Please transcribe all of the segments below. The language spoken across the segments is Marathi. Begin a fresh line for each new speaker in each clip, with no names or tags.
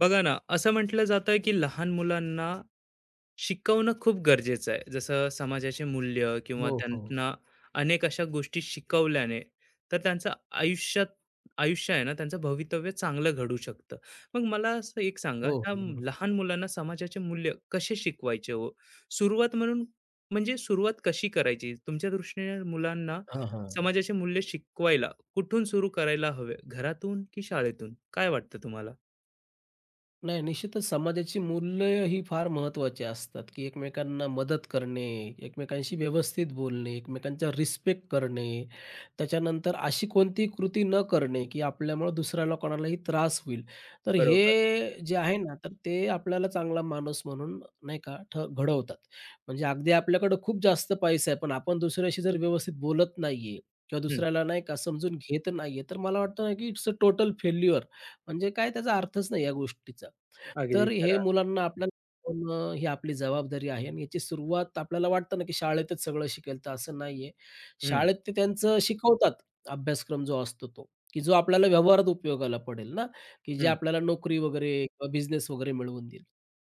बघा ना, असं म्हटलं जातं की लहान मुलांना शिकवणं खूप गरजेचं आहे. जसं समाजाचे मूल्य किंवा
हो, हो.
त्यांना अनेक अशा गोष्टी शिकवल्याने, तर त्यांचं आयुष्यात आयुष्य आहे ना, त्यांचं भवितव्य चांगलं घडू शकतं. मग मला असं एक सांगा,
हो, हो. हो.
लहान मुलांना समाजाचे मूल्य कसे शिकवायचे हो? सुरुवात म्हणून म्हणजे सुरुवात कशी करायची? तुमच्या दृष्टीने मुलांना
हां, हां.
समाजाचे मूल्य शिकवायला कुठून सुरू करायला हवे? घरातून की शाळेतून? काय वाटतं तुम्हाला?
नाही, निश्चितच समाजाची मूल्य ही फार महत्त्वाची असतात, की एकमेकांना मदत करणे, एकमेकांशी व्यवस्थित बोलणे, एकमेकांचा रिस्पेक्ट करणे. त्याच्यानंतर अशी कोणतीही कृती न करणे, की आपल्यामुळं दुसऱ्याला कोणालाही त्रास होईल. तर
बरोबर.
हे जे आहे ना, तर ते आपल्याला चांगला माणूस म्हणून नाही का ठ घडवतात. म्हणजे अगदी आपल्याकडं खूप जास्त पैसा आहे, पण आपण दुसऱ्याशी जर व्यवस्थित बोलत नाहीये किंवा
हं,
दुसऱ्याला नाही का समजून घेत नाहीये, तर मला वाटतं ना, की इट्स अ टोटल फेल्युअर. म्हणजे काय त्याचा अर्थच नाही या गोष्टीचा.
अगदी
तर हे
खरं.
मुलांना आपल्याला शिकवणं ही आपली जबाबदारी आहे आणि याची सुरुवात आपल्याला वाटतं ना, की शाळेतच सगळं शिकेल, तर असं नाहीये.
हं,
शाळेत ते त्यांचं शिकवतात अभ्यासक्रम जो असतो तो, की जो आपल्याला व्यवहारात उपयोगाला पडेल ना, की जे
हं.
आपल्याला नोकरी वगैरे किंवा बिझनेस वगैरे मिळवून देईल.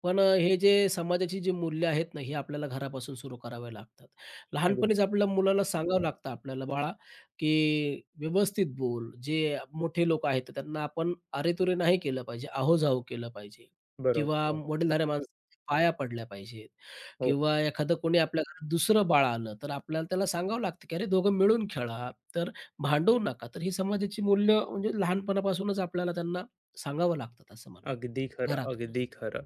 पण हे जे समाजाची जी मूल्य आहेत ना, ही आपल्याला घरापासून सुरू करावी लागतात.
अगदी
लहानपणीच आपल्या मुलाला सांगावं लागतं आपल्याला, "बाळा, की व्यवस्थित बोल." जे मोठे लोक आहेत, त्यांना आपण अरेतुरे नाही केलं पाहिजे, आहोजाहो केलं पाहिजे. किंवा
बरोबर.
वडीलधाऱ्या माणसाच्या पाया पडल्या पाहिजेत
हो,
किंवा एखादं कोणी आपल्या घरात दुसरं बाळ आलं, तर आपल्याला त्याला सांगावं लागतं, की "अरे दोघं मिळून खेळा, तर भांडवू नका." तर ही समाजाची मूल्य म्हणजे लहानपणापासूनच आपल्याला त्यांना सांगावं लागतात असं मला
अगदी
वाटतं
खरं,
घरातूनच.
अगदी खरं.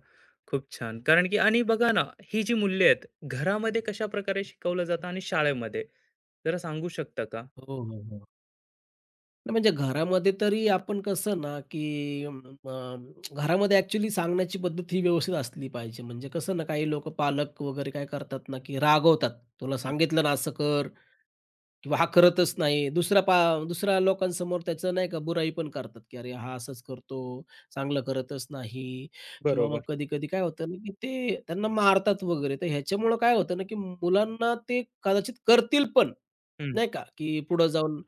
खूप छान. कारण की आणि बघा ना, ही जी मूल्य आहेत, घरामध्ये कशाप्रकारे शिकवलं जातं आणि शाळेमध्ये? जरा सांगू शकता का?
हो, हो, हो. नाही म्हणजे घरामध्ये तरी आपण कसं ना, की अं, अ, घरामध्ये ॲक्चुअली सांगण्याची पद्धत ही व्यवस्थित असली पाहिजे. म्हणजे कसं ना, काही लोकं पालक वगैरे काय करतात ना, की रागवतात. "तुला
हं,
सांगितलं ना असं कर, किंवा हा करतच नाही. दुसरा पा दुसऱ्या लोकांसमोर त्याचं नाही का बुराई पण करतात, की "अरे, हा असंच करतो, चांगलं करतच नाही." किंवा मग
बरोबर.
कधी-कधी काय होतं ना, की ते त्यांना मारतात वगैरे. तर ह्याच्यामुळं काय होतं ना, की मुलांना ते कदाचित करतील पण,
हं,
नाही का, की पुढं जाऊन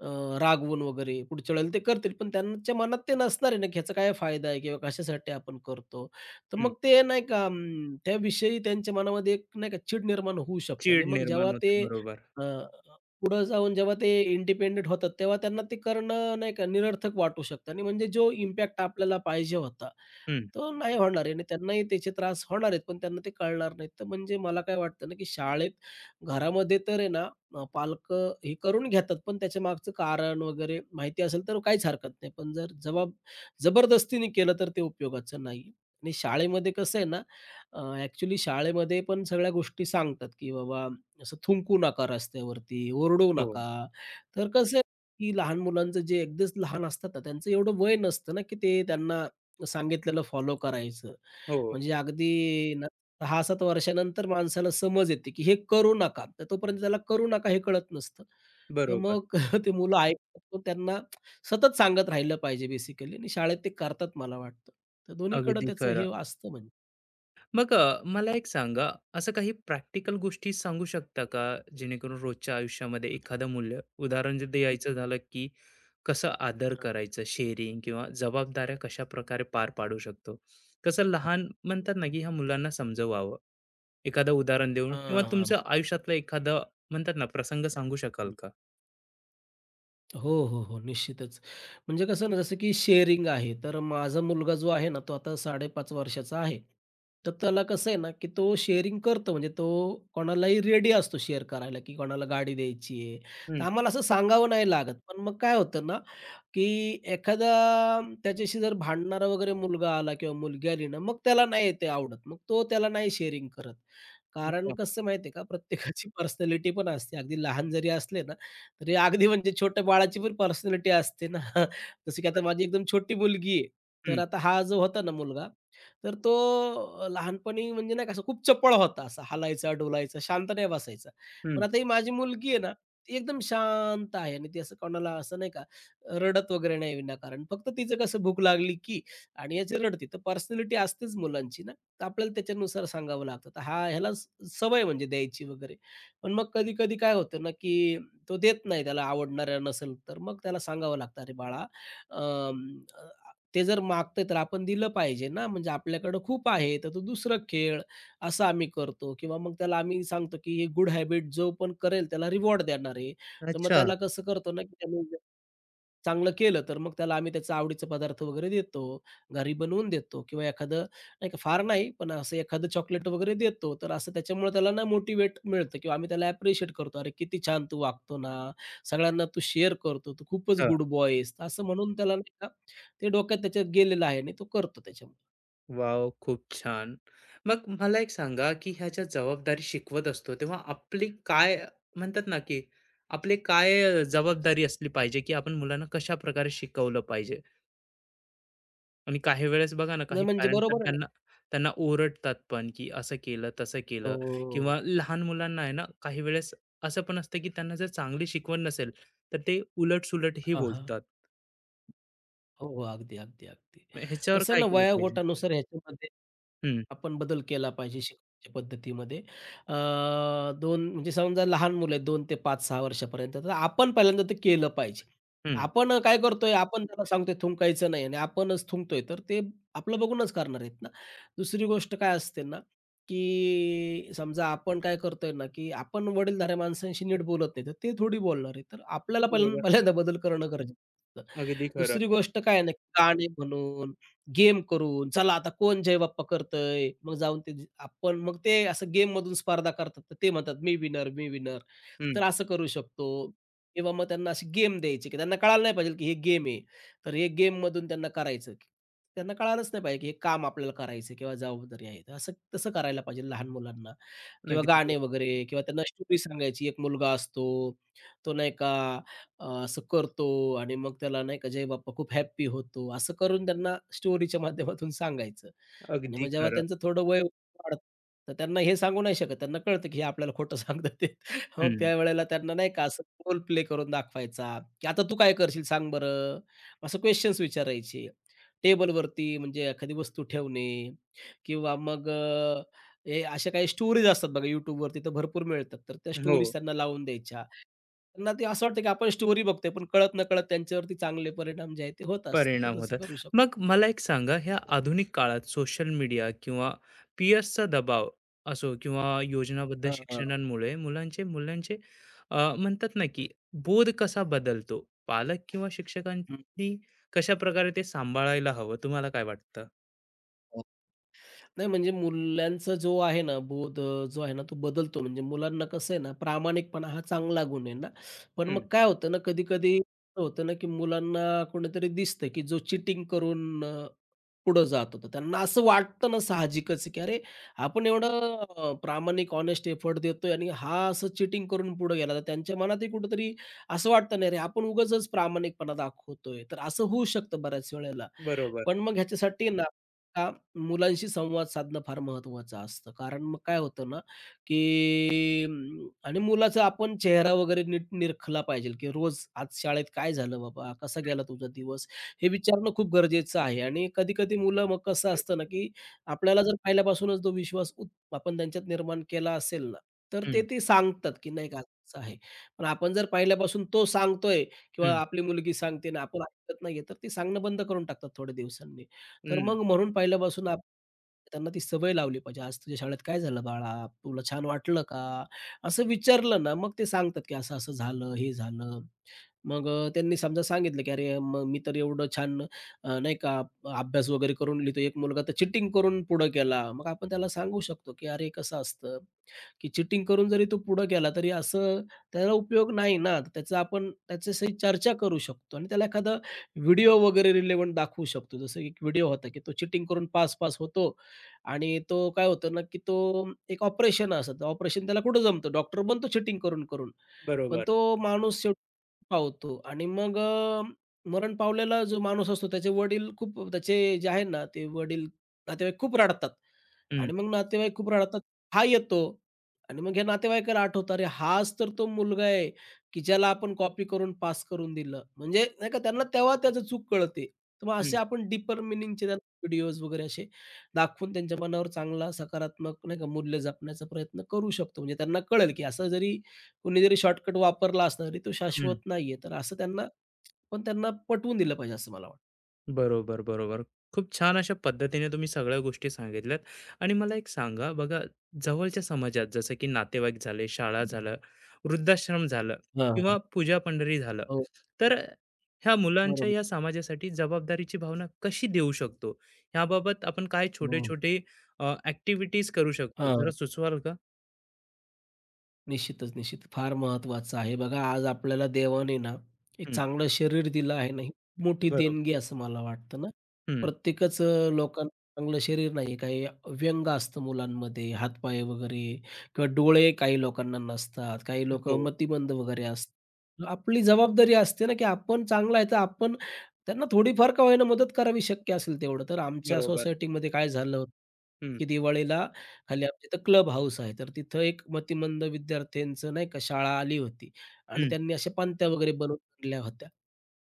अ, रागवून वगैरे पुढच्या वेळेला ते करतील. पण त्यांच्या मनात ते नसणार आहे ना, की ह्याचा काय फायदा आहे किंवा कशासाठी आपण करतो. तर
हं.
मग ते नाही का अं, त्याविषयी त्यांच्या मनामध्ये एक नाही का चीड निर्माण होऊ शकते आणि
चीड
मग
निर्माण
जेव्हा ते
होते. बरोबर.
अ, पुढं जाऊन जेव्हा ते इंडिपेंडंट होतात, तेव्हा त्यांना ते करणं नाही का निरर्थक वाटू शकतं आणि म्हणजे जो इम्पॅक्ट आपल्याला पाहिजे होता,
हं.
तो नाही होणार आहे आणि त्यांनाही त्याचे त्रास होणार आहेत, पण त्यांना ते कळणार नाहीत. तर म्हणजे मला काय वाटतं ना, की शाळेत, घरामध्ये तर आहे ना पालकं हे करून घेतात, पण त्याच्यामागचं कारण वगैरे माहिती असेल तर काहीच हरकत नाही. पण जर जबरदस्तीने केलं तर ते उपयोगाचं नाही. आणि शाळेमध्ये कसं आहे ना, ॲक्चुअली शाळेमध्ये पण सगळ्या गोष्टी सांगतात, की बाबा असं थुंकू नका रस्त्यावरती, ओरडू
हो,
नका. तर कसं आहे, की लहान मुलांचं जे अगदीच लहान असतात ना, त्यांचं एवढं वय नसतं ना, की ते त्यांना सांगितलेलं फॉलो करायचं.
हो.
म्हणजे अगदी 6-7 वर्षानंतर माणसाला समज येते, की हे करू नका. तर तोपर्यंत त्याला करू नका हे कळत नसतं. तर
बरोबर.
मग ते मुलं ऐकतात. पण त्यांना सतत सांगत राहिलं पाहिजे बेसिकली आणि शाळेत ते करतात मला वाटतं. तर दोन्हीकडं
अगदी
त्याचं हे
खरं.
असतं म्हणजे.
मग मला एक सांगा, असं काही प्रॅक्टिकल गोष्टी सांगू शकता का, जेणेकरून रोजच्या आयुष्यामध्ये एखादं मूल्य, उदाहरण जर
हं,
द्यायचं
हं.
झालं, की कसं आदर
हां.
करायचं, शेअरिंग किंवा जबाबदाऱ्या कशा प्रकारे पार पाडू शकतो? कसं लहान म्हणतात ना, की ह्या मुलांना समजवावं, एखादं उदाहरण देऊन किंवा
हां,
तुमच्या आयुष्यातला एखादा म्हणतात ना, प्रसंग सांगू शकाल का?
हो, हो, हो. निश्चितच. म्हणजे कसं ना, जसं की शेअरिंग आहे. तर माझा मुलगा जो आहे ना, तो आता 5.5 वर्षाचा आहे. तर त्याला कसं आहे ना, की तो शेअरिंग करतो. म्हणजे तो कोणालाही रेडी असतो शेअर करायला, की कोणाला गाडी द्यायची आहे. तर
हं,
आम्हाला असं सांगावं नाही लागत. पण मग काय होतं ना, की एखादा त्याच्याशी जर भांडणारा वगैरे मुलगा आला किंवा मुलगी आली ना, मग त्याला नाही ते आवडत. मग तो त्याला नाही शेअरिंग करत. कारण
अच्छा.
कसं माहिती का, प्रत्येकाची पर्सनॅलिटी पण असते. अगदी लहान जरी असले ना, तरी अगदी म्हणजे छोट्या बाळाची पण पर्सनॅलिटी असते ना. जसं की आता माझी एकदम छोटी मुलगी आहे. तर
हं,
आता हा जो होता ना मुलगा, तर तो लहानपणी म्हणजे नाही का असं खूप चपळ होता. असा हलायचा, डोलायचा, शांत नाही बसायचा. पण
हं.
आता ही माझी मुलगी आहे ना, ती एकदम शांत आहे आणि ती असं कोणाला असं नाही का रडत वगैरे नाही विनाकारण. फक्त तिचं कसं भूक लागली की आणि याची रडती. तर पर्सनॅलिटी असतेच मुलांची ना, तर आपल्याला त्याच्यानुसार सांगावं लागतं. तर ह्याला सवय म्हणजे द्यायची वगैरे. पण मग कधी-कधी काय होतं ना, की तो देत नाही त्याला आवडणाऱ्या नसेल तर मग त्याला सांगावं लागतं, "अरे बाळा, अं, अ, ते जर मागतंय तर आपण दिलं पाहिजे ना, म्हणजे आपल्याकडं खूप आहे, तर तू दुसरं खेळ." असं आम्ही करतो किंवा मग त्याला आम्ही सांगतो, की ही गुड हॅबिट जो पण करेल त्याला रिवॉर्ड देणार आहे. तर मग
अच्छा.
त्याला कसं करतो ना, की त्याने जर चांगलं केलं, तर मग त्याला आम्ही त्याचा आवडीचा पदार्थ वगैरे देतो, घरी बनवून देतो किंवा एखादं नाही का फार नाही, पण असं एखादं चॉकलेट वगैरे देतो. तर असं त्याच्यामुळे त्याला ना मोटिव्हेट मिळतं किंवा आम्ही त्याला ॲप्रिशिएट करतो. "अरे, किती छान तू वागतो ना, सगळ्यांना तू शेअर करतो, तू खूपच गुड बॉय आहेस." असं म्हणून त्याला नाही का ते डोक्यात त्याच्या गेलेलं आहे आणि तो करतो त्याच्यामुळे.
वाव, खूप छान. मग मला एक सांगा, की ह्या ज्या जबाबदारी शिकवत असतो, तेव्हा आपली काय म्हणतात ना, की आपली काय जबाबदारी असली पाहिजे, की आपण मुलांना कशाप्रकारे शिकवलं पाहिजे? आणि काही वेळेस बघा ना, काही
नाही म्हणजे
पॅरेंट्स तर
बरोबर आहे ना?
त्यांना त्यांना ओरडतात पण, की असं केलं, तसं केलं किंवा
हो.
लहान मुलांना आहे ना, काही वेळेस असं पण असतं, की त्यांना जर चांगली शिकवण नसेल, तर ते उलट-सुलट ही
हां, हां.
बोलतात.
हो, हो. अगदी, अगदी, अगदी.
मग ह्याच्यावर
कसं आहे
काय
ना,
केलं पाहिजे?
वयोगटानुसार ह्याच्यामध्ये
हं,
आपण बदल केला पाहिजे शिकवण्याच्या पद्धतीमध्ये. अ, 2 म्हणजे समजा लहान मुलं आहेत 2 ते 5-6 वर्षापर्यंत, तर आपण पहिल्यांदा ते केलं पाहिजे.
हं.
आपण काय करतोय, आपण त्यांना सांगतोय थुंकायचं नाही आणि आपणच थुंकतोय, तर ते आपलं बघूनच करणार आहेत ना. दुसरी गोष्ट काय असते ना, की समजा आपण काय करतोय ना, की आपण वडीलधाऱ्या माणसांशी नीट बोलत नाही, तर ते थोडी बोलणार आहेत. तर आपल्याला पहिल्यांदा
बरोबर.
पहिल्यांदा बदल करणं गरजेचं असतं.
अगदी खरं.
दुसरी गोष्ट काय आहे गाणे म्हणून, गेम करून, चला आता कोण जयबाप्पा करतंय? मग जाऊन आपण मग ते असं गेममधून स्पर्धा करतात. तर ते म्हणतात, "मी विनर, मी विनर."
हं.
तर असं करू शकतो किंवा मग त्यांना अशी गेम द्यायची, की त्यांना कळायला नाही पाहिजे, की हे गेम आहे. तर हे गेममधून त्यांना करायचं. त्यांना कळालंच नाही पाहिजे, की हे काम आपल्याला करायचं किंवा जबाबदारी आहे. तर असं तसं करायला पाहिजे लहान मुलांना किंवा
अगदी
गाणे वगैरे किंवा त्यांना स्टोरी सांगायची. एक मुलगा असतो, तो नाही का असं करतो आणि मग त्याला नाही का जय बाप्पा खूप हॅपी होतो, असं करून त्यांना स्टोरीच्या माध्यमातून सांगायचं. आणि
अगदी
मग जेव्हा
खरं.
त्यांचं थोडं वय वाढतं, तर त्यांना हे सांगू नाही शकत. त्यांना कळतं, की हे आपल्याला खोटं सांगतात आहेत. मग
हं.
त्यावेळेला त्यांना नाही का असं रोल प्ले करून दाखवायचा, की "आता तू काय करशील सांग बरं?" असं क्वेशन्स विचारायचे. टेबलवरती म्हणजे एखादी वस्तू ठेवणे किंवा मग हे अशा काही स्टोरीज असतात बघा YouTubeवरती तर भरपूर मिळतात. तर त्या
हो,
स्टोरीज त्यांना लावून द्यायच्या. त्यांना ते असं वाटतं की आपण स्टोरी बघतोय, पण कळत-नकळत त्यांच्यावरती चांगले परिणाम जे आहेत ते होत असतात.
परिणाम
तर तसं
होतात.
करू शकतो.
मग मला एक सांगा, ह्या आधुनिक काळात सोशल मीडिया किंवा पियर्सचा दबाव असो किंवा योजनाबद्ध
हां, हां.
शिक्षणांमुळे मुलांचे मुलांचे म्हणतात ना, की बोध कसा बदलतो? पालक किंवा
हं.
शिक्षकांनी कशाप्रकारे ते सांभाळायला हवं, तुम्हाला काय वाटतं?
नाही म्हणजे मुलांचा जो आहे ना बोध जो आहे ना तो बदलतो म्हणजे मुलांना कसं आहे ना प्रामाणिकपणा हा चांगला गुण आहे ना पण मग
हं,
काय होतं ना कधी कधी होतं ना की मुलांना कोणीतरी दिसतं की जो चिटिंग करून पुढं जात होता त्यांना असं वाटतं ना साहजिकच आहे की अरे आपण एवढं प्रामाणिक ऑनेस्ट एफर्ट देतोय आणि हा असं चिटिंग करून पुढे गेला तर त्यांच्या मनातही कुठंतरी असं वाटतं नाही अरे आपण उगाचच प्रामाणिकपणा दाखवतोय तर असं होऊ शकतं बऱ्याच वेळेला
बरोबर.
पण मग ह्याच्यासाठी ना मुलांशी संवाद साधणं फार महत्त्वाचं असतं. कारण मग काय होतं ना, की आणि मुलाचा आपण चेहरा वगैरे नीट निरखला पाहिजे, की रोज आज शाळेत काय झालं बाबा? कसा गेला तुझा दिवस? हे विचारणं खूप गरजेचं आहे आणि कधी-कधी मुलं मग कसं असतं ना, की आपल्याला जर पहिल्यापासूनच तो विश्वास आपण त्यांच्यात निर्माण केला असेल ना, तर ते
हं,
ते सांगतात, की नाही का असं आहे. पण आपण जर पहिल्यापासून तो सांगतोय किंवा
हं.
आपली मुलगी सांगते आणि आपण ऐकत नाहीये, तर ती सांगणं बंद करून टाकतात थोड्या दिवसांनी. तर
हं,
मग म्हणून पहिल्यापासून आप त्यांना ती सवय लावली पाहिजे. "आज तुझ्या शाळेत काय झालं बाळा? तुला छान वाटलं का?" असं विचारलं ना, मग ते सांगतात, की असं-असं झालं, हे झालं. मग त्यांनी समजा सांगितलं, की "अरे, मग मी तर एवढं छान अ, नाही का अभ्यास वगैरे करून लिहितो. एक मुलगा तर चिटिंग करून पुढं गेला." मग आपण त्याला सांगू शकतो, की "अरे, कसं असतं?" की चिटिंग करून जरी तो पुढं गेला तरी असं त्याला उपयोग नाही ना. तर त्याचा आपण त्याच्याशी चर्चा करू शकतो आणि त्याला एखादा व्हिडिओ वगैरे रिलेव्हंट दाखवू शकतो. जसं एक व्हिडिओ होता की तो चिटिंग करून पास-पास होतो आणि तो काय होतं ना, की तो एक ऑपरेशन असतं. ऑपरेशन त्याला कुठं जमतं? डॉक्टर बनतो चिटिंग करून-करून. पण
बरोबर.
तो माणूस शेवटी पावतो आणि मग मरण पावलेला जो माणूस असतो त्याचे वडील खूप त्याचे जे आहे ना, ते वडील, नातेवाईक खूप रडतात
हं,
आणि मग नातेवाईक खूप रडतात. हा येतो. आणि मग ह्या नातेवाईकाला आठवतं, अरे हाच तर तो मुलगा आहे, की ज्याला आपण कॉपी करून पास करून दिलं. म्हणजे नाही का त्यांना तेव्हा त्याचं चूक कळते. तर मग असे आपण डीपर मीनिंगचे व्हिडिओज वगैरे असे दाखवून त्यांच्या मनावर चांगला सकारात्मक नाही का मूल्य जपण्याचा प्रयत्न करू शकतो. म्हणजे त्यांना कळेल, की असं जरी कोणी जरी शॉर्टकट वापरला असला तरी तो
हं.
शाश्वत नाहीये. तर असं त्यांना पण त्यांना पटवून दिलं पाहिजे असं मला वाटतं.
बरोबर, बरोबर. खूप छान अशा पद्धतीने तुम्ही सगळ्या गोष्टी सांगितल्यात आणि मला एक सांगा बघा, जवळच्या समाजात जसं की नातेवाईक झाले, शाळा झालं, वृद्धाश्रम झालं
हां,
किंवा पूजा पंढरी झालं,
हो,
तर ह्या मुलांच्या
बरोबर.
या समाजासाठी जबाबदारीची भावना कशी देऊ शकतो? ह्याबाबत आपण काय
हं.
छोटे-छोटे अ, करू शकतो? जरा
हां.
सुचवाल का?
निश्चितच, निश्चित. फार महत्त्वाचं आहे. बघा आज आपल्याला देवाने ना एक
हं,
चांगलं शरीर दिलं आहे ना, ही मोठी
बरोबर.
देणगी असं मला वाटतं ना.
हं.
प्रत्येकच लोकांना चांगलं शरीर नाही. काही व्यंग असतं मुलांमध्ये, हातपाय वगैरे किंवा डोळे काही लोकांना नसतात. काही लोकं
हो,
मतिमंद वगैरे असतात. आपली जबाबदारी असते ना, की आपण चांगला आहे, तर आपण त्यांना थोडीफार का होईना मदत करावी, शक्य असेल तेवढं. तर आमच्या
बरोबर.
सोसायटीमध्ये काय झालं, होतं
हं,
की दिवाळीला खाली आमच्या इथं क्लब हाऊस आहे, तर तिथं एक मतिमंद विद्यार्थ्यांचं नाही का शाळा आली होती आणि
हं.
त्यांनी अशा पणत्या वगैरे बनवून आणल्या होत्या.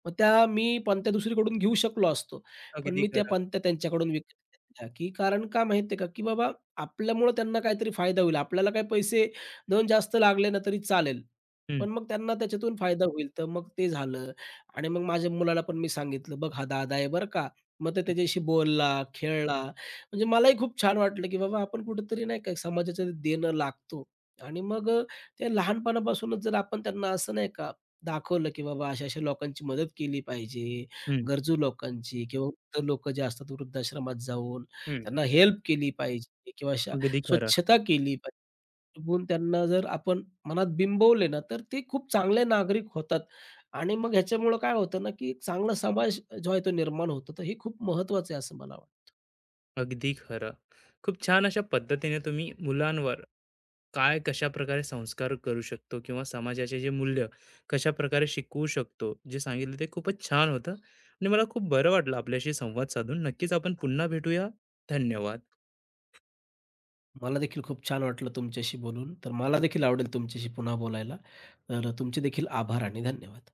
मग त्या मी पणत्या दुसरीकडून घेऊ शकलो असतो, पण
अगदी
मी त्या
खरं.
पणत्या त्यांच्याकडून विकत घेतल्या, की कारण का माहिती का, की बाबा आपल्यामुळं त्यांना काहीतरी फायदा होईल. आपल्याला काही पैसे देऊन जास्त लागले ना तरी चालेल,
हं,
पण मग त्यांना त्याच्यातून फायदा होईल. तर मग ते झालं आणि मग माझ्या मुलाला पण मी सांगितलं, "बघ हा दादा आहे बरं का." मग तो
हं,
त्याच्याशी बोलला, खेळला. म्हणजे मलाही खूप छान वाटलं, की बाबा आपण कुठेतरी नाही का समाजाच्या देणं लागतो आणि मग ते लहानपणापासूनच जर आपण त्यांना असं नाही का दाखवलं, की बाबा अशा-अशा लोकांची मदत केली पाहिजे,
हं,
गरजू लोकांची किंवा वृद्ध लोकं जे असतात वृद्धाश्रमात जाऊन
हं.
त्यांना हेल्प केली पाहिजे किंवा अशा
अगदी खरं.
स्वच्छता केली पाहिजे. गुण त्यांना जर आपण मनात बिंबवले ना, तर ते खूप चांगले नागरिक होतात आणि मग ह्याच्यामुळं काय होतं ना, की एक चांगला समाज जो आहे तो निर्माण होतो. तर हे खूप महत्त्वाचं आहे असं मला वाटतं.
अगदी खरं. खूप छान अशा पद्धतीने तुम्ही मुलांवर काय कशा प्रकारे संस्कार करू शकतो किंवा समाजाचे जे मूल्य कशा प्रकारे शिकवू शकतो, जे सांगितलं ते खूपच छान होतं आणि मला खूप बरं वाटलं आपल्याशी संवाद साधून. नक्कीच आपण पुन्हा भेटूया. धन्यवाद.
मला देखील खूप छान वाटलं तुमच्याशी बोलून. तर मला देखील आवडेल तुमच्याशी पुन्हा बोलायला. तर तुमचे देखील आभार आणि धन्यवाद.